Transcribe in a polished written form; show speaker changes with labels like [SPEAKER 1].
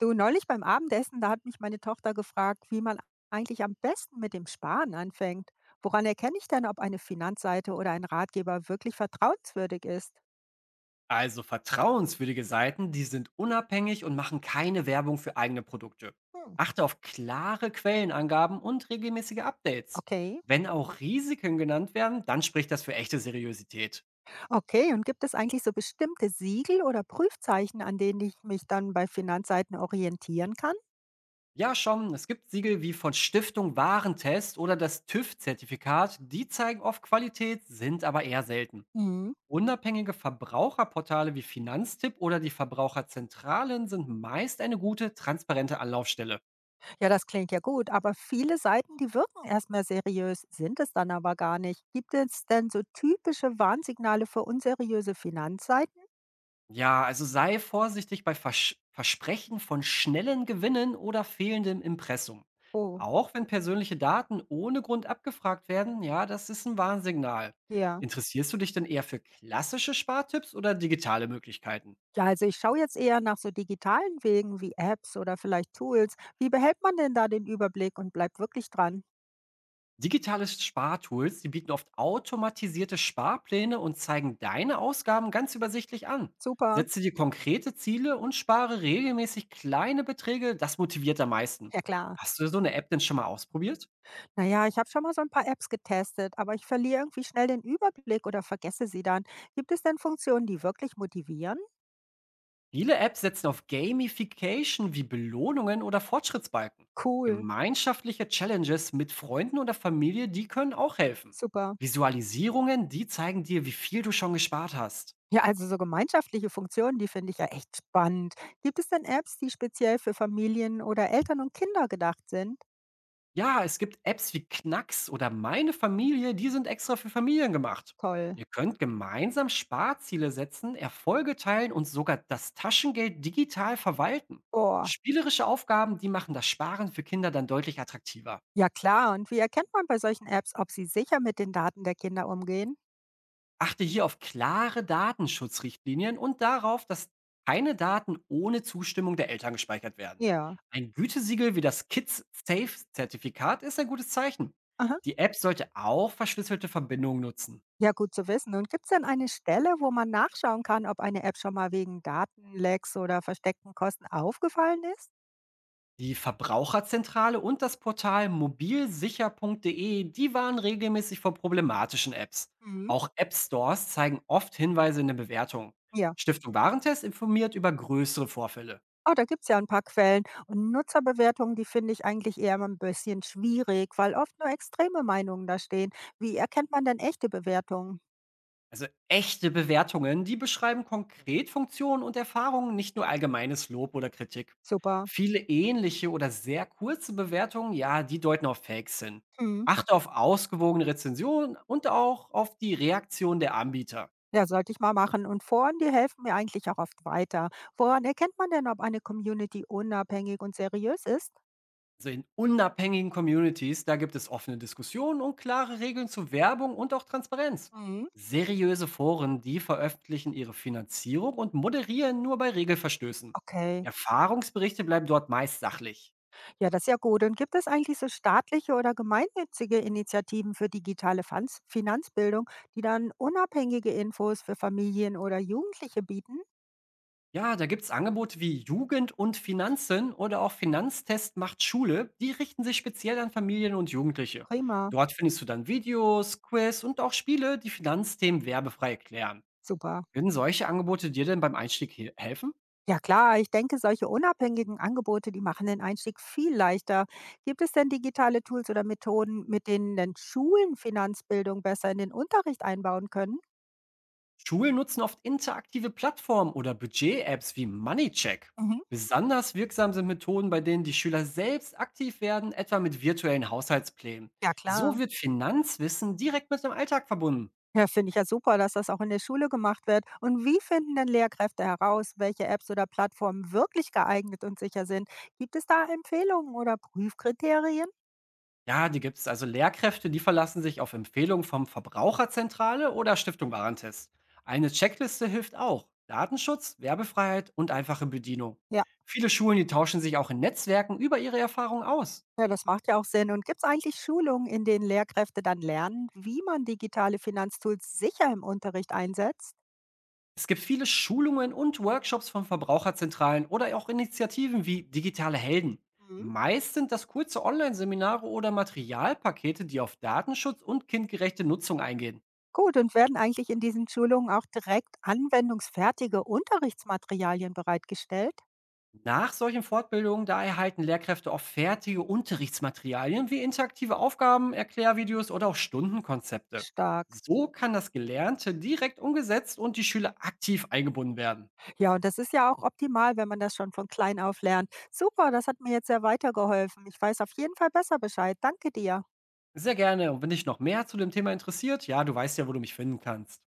[SPEAKER 1] Du, neulich beim Abendessen, da hat mich meine Tochter gefragt, wie man eigentlich am besten mit dem Sparen anfängt. Woran erkenne ich denn, ob eine Finanzseite oder ein Ratgeber wirklich vertrauenswürdig ist?
[SPEAKER 2] Also vertrauenswürdige Seiten, die sind unabhängig und machen keine Werbung für eigene Produkte.
[SPEAKER 1] Hm,
[SPEAKER 2] Achte auf klare Quellenangaben und regelmäßige Updates.
[SPEAKER 1] okay.
[SPEAKER 2] Wenn auch Risiken genannt werden, dann spricht das für echte Seriosität.
[SPEAKER 1] Okay, und gibt es eigentlich so bestimmte Siegel oder Prüfzeichen, an denen ich mich dann bei Finanzseiten orientieren kann?
[SPEAKER 2] Ja schon, es gibt Siegel wie von Stiftung Warentest oder das TÜV-Zertifikat, die zeigen oft Qualität, sind aber eher selten.
[SPEAKER 1] Hm.
[SPEAKER 2] Unabhängige Verbraucherportale wie Finanztipp oder die Verbraucherzentralen sind meist eine gute, transparente Anlaufstelle.
[SPEAKER 1] Ja, das klingt ja gut, aber viele Seiten, die wirken erstmal seriös, sind es dann aber gar nicht. Gibt es denn so typische Warnsignale für unseriöse Finanzseiten?
[SPEAKER 2] Ja, also sei vorsichtig bei Versch Versprechen von schnellen Gewinnen oder fehlendem Impressum.
[SPEAKER 1] Oh,
[SPEAKER 2] Auch wenn persönliche Daten ohne Grund abgefragt werden, ja, das ist ein Warnsignal.
[SPEAKER 1] ja.
[SPEAKER 2] Interessierst du dich denn eher für klassische Spartipps oder digitale Möglichkeiten?
[SPEAKER 1] Ja, also ich schaue jetzt eher nach so digitalen Wegen wie Apps oder vielleicht Tools. Wie behält man denn da den Überblick und bleibt wirklich dran?
[SPEAKER 2] Digitale Spartools, die bieten oft automatisierte Sparpläne und zeigen deine Ausgaben ganz übersichtlich an.
[SPEAKER 1] Super.
[SPEAKER 2] Setze dir konkrete Ziele und spare regelmäßig kleine Beträge, das motiviert am meisten.
[SPEAKER 1] Ja klar.
[SPEAKER 2] Hast du so eine App denn schon mal ausprobiert?
[SPEAKER 1] Naja, ich habe schon mal so ein paar Apps getestet, aber ich verliere irgendwie schnell den Überblick oder vergesse sie dann. Gibt es denn Funktionen, die wirklich motivieren?
[SPEAKER 2] Viele Apps setzen auf Gamification wie Belohnungen oder Fortschrittsbalken.
[SPEAKER 1] Cool.
[SPEAKER 2] Gemeinschaftliche Challenges mit Freunden oder Familie, die können auch helfen.
[SPEAKER 1] Super.
[SPEAKER 2] Visualisierungen, die zeigen dir, wie viel du schon gespart hast.
[SPEAKER 1] Ja, also so gemeinschaftliche Funktionen, die finde ich ja echt spannend. Gibt es denn Apps, die speziell für Familien oder Eltern und Kinder gedacht sind?
[SPEAKER 2] Ja, es gibt Apps wie Knacks oder Meine Familie, die sind extra für Familien gemacht.
[SPEAKER 1] Toll.
[SPEAKER 2] Ihr könnt gemeinsam Sparziele setzen, Erfolge teilen und sogar das Taschengeld digital verwalten.
[SPEAKER 1] Boah.
[SPEAKER 2] Spielerische Aufgaben, die machen das Sparen für Kinder dann deutlich attraktiver.
[SPEAKER 1] Ja klar, und wie erkennt man bei solchen Apps, ob sie sicher mit den Daten der Kinder umgehen?
[SPEAKER 2] Achte hier auf klare Datenschutzrichtlinien und darauf, dass keine Daten ohne Zustimmung der Eltern gespeichert werden.
[SPEAKER 1] Ja.
[SPEAKER 2] Ein Gütesiegel wie das Kids Safe Zertifikat ist ein gutes Zeichen.
[SPEAKER 1] Aha.
[SPEAKER 2] Die App sollte auch verschlüsselte Verbindungen nutzen.
[SPEAKER 1] Ja, gut zu wissen. Und gibt es denn eine Stelle, wo man nachschauen kann, ob eine App schon mal wegen Datenlecks oder versteckten Kosten aufgefallen ist?
[SPEAKER 2] Die Verbraucherzentrale und das Portal mobilsicher.de, die waren regelmäßig vor problematischen Apps.
[SPEAKER 1] Mhm.
[SPEAKER 2] Auch App Stores zeigen oft Hinweise in den Bewertungen.
[SPEAKER 1] Ja.
[SPEAKER 2] Stiftung Warentest informiert über größere Vorfälle.
[SPEAKER 1] Oh, da gibt es ja ein paar Quellen. Und Nutzerbewertungen, die finde ich eigentlich eher mal ein bisschen schwierig, weil oft nur extreme Meinungen da stehen. Wie erkennt man denn echte Bewertungen?
[SPEAKER 2] Also echte Bewertungen, die beschreiben konkret Funktionen und Erfahrungen, nicht nur allgemeines Lob oder Kritik.
[SPEAKER 1] Super.
[SPEAKER 2] Viele ähnliche oder sehr kurze Bewertungen, ja, die deuten auf Fakes hin.
[SPEAKER 1] Mhm.
[SPEAKER 2] Achte auf ausgewogene Rezensionen und auch auf die Reaktion der Anbieter.
[SPEAKER 1] Ja, sollte ich mal machen. Und Foren, die helfen mir eigentlich auch oft weiter. Woran erkennt man denn, ob eine Community unabhängig und seriös ist?
[SPEAKER 2] Also in unabhängigen Communities, da gibt es offene Diskussionen und klare Regeln zu Werbung und auch Transparenz.
[SPEAKER 1] Mhm.
[SPEAKER 2] Seriöse Foren, die veröffentlichen ihre Finanzierung und moderieren nur bei Regelverstößen.
[SPEAKER 1] Okay,
[SPEAKER 2] Erfahrungsberichte bleiben dort meist sachlich.
[SPEAKER 1] ja, das ist ja gut. Und gibt es eigentlich so staatliche oder gemeinnützige Initiativen für digitale Finanzbildung, die dann unabhängige Infos für Familien oder Jugendliche bieten?
[SPEAKER 2] Ja, da gibt's Angebote wie Jugend und Finanzen oder auch Finanztest macht Schule. Die richten sich speziell an Familien und Jugendliche.
[SPEAKER 1] Prima,
[SPEAKER 2] Dort findest du dann Videos, Quiz und auch Spiele, die Finanzthemen werbefrei erklären.
[SPEAKER 1] super.
[SPEAKER 2] Würden solche Angebote dir denn beim Einstieg he helfen?
[SPEAKER 1] Ja klar, ich denke, solche unabhängigen Angebote, die machen den Einstieg viel leichter. Gibt es denn digitale Tools oder Methoden, mit denen denn Schulen Finanzbildung besser in den Unterricht einbauen können?
[SPEAKER 2] Schulen nutzen oft interaktive Plattformen oder Budget-Apps wie MoneyCheck.
[SPEAKER 1] Mhm.
[SPEAKER 2] Besonders wirksam sind Methoden, bei denen die Schüler selbst aktiv werden, etwa mit virtuellen Haushaltsplänen.
[SPEAKER 1] Ja, klar.
[SPEAKER 2] So wird Finanzwissen direkt mit dem Alltag verbunden.
[SPEAKER 1] Ja, finde ich ja super, dass das auch in der Schule gemacht wird. Und wie finden denn Lehrkräfte heraus, welche Apps oder Plattformen wirklich geeignet und sicher sind? Gibt es da Empfehlungen oder Prüfkriterien?
[SPEAKER 2] Ja, die gibt's. Also Lehrkräfte, die verlassen sich auf Empfehlungen vom Verbraucherzentrale oder Stiftung Warentest. Eine Checkliste hilft auch: Datenschutz, Werbefreiheit und einfache Bedienung. Viele Schulen, die tauschen sich auch in Netzwerken über ihre Erfahrungen aus.
[SPEAKER 1] Ja, das macht ja auch Sinn. Und gibt es eigentlich Schulungen, in denen Lehrkräfte dann lernen, wie man digitale Finanztools sicher im Unterricht einsetzt?
[SPEAKER 2] Es gibt viele Schulungen und Workshops von Verbraucherzentralen oder auch Initiativen wie digitale Helden.
[SPEAKER 1] Mhm.
[SPEAKER 2] Meist sind das kurze Online-Seminare oder Materialpakete, die auf Datenschutz und kindgerechte Nutzung eingehen.
[SPEAKER 1] Gut, und werden eigentlich in diesen Schulungen auch direkt anwendungsfertige Unterrichtsmaterialien bereitgestellt?
[SPEAKER 2] Nach solchen Fortbildungen, da erhalten Lehrkräfte oft fertige Unterrichtsmaterialien wie interaktive Aufgaben, Erklärvideos oder auch Stundenkonzepte.
[SPEAKER 1] Stark.
[SPEAKER 2] So kann das Gelernte direkt umgesetzt und die Schüler aktiv eingebunden werden.
[SPEAKER 1] Ja, und das ist ja auch optimal, wenn man das schon von klein auf lernt. Super, das hat mir jetzt sehr weitergeholfen. Ich weiß auf jeden Fall besser Bescheid. Danke dir.
[SPEAKER 2] Sehr gerne. Und wenn dich noch mehr zu dem Thema interessiert, ja, du weißt ja, wo du mich finden kannst.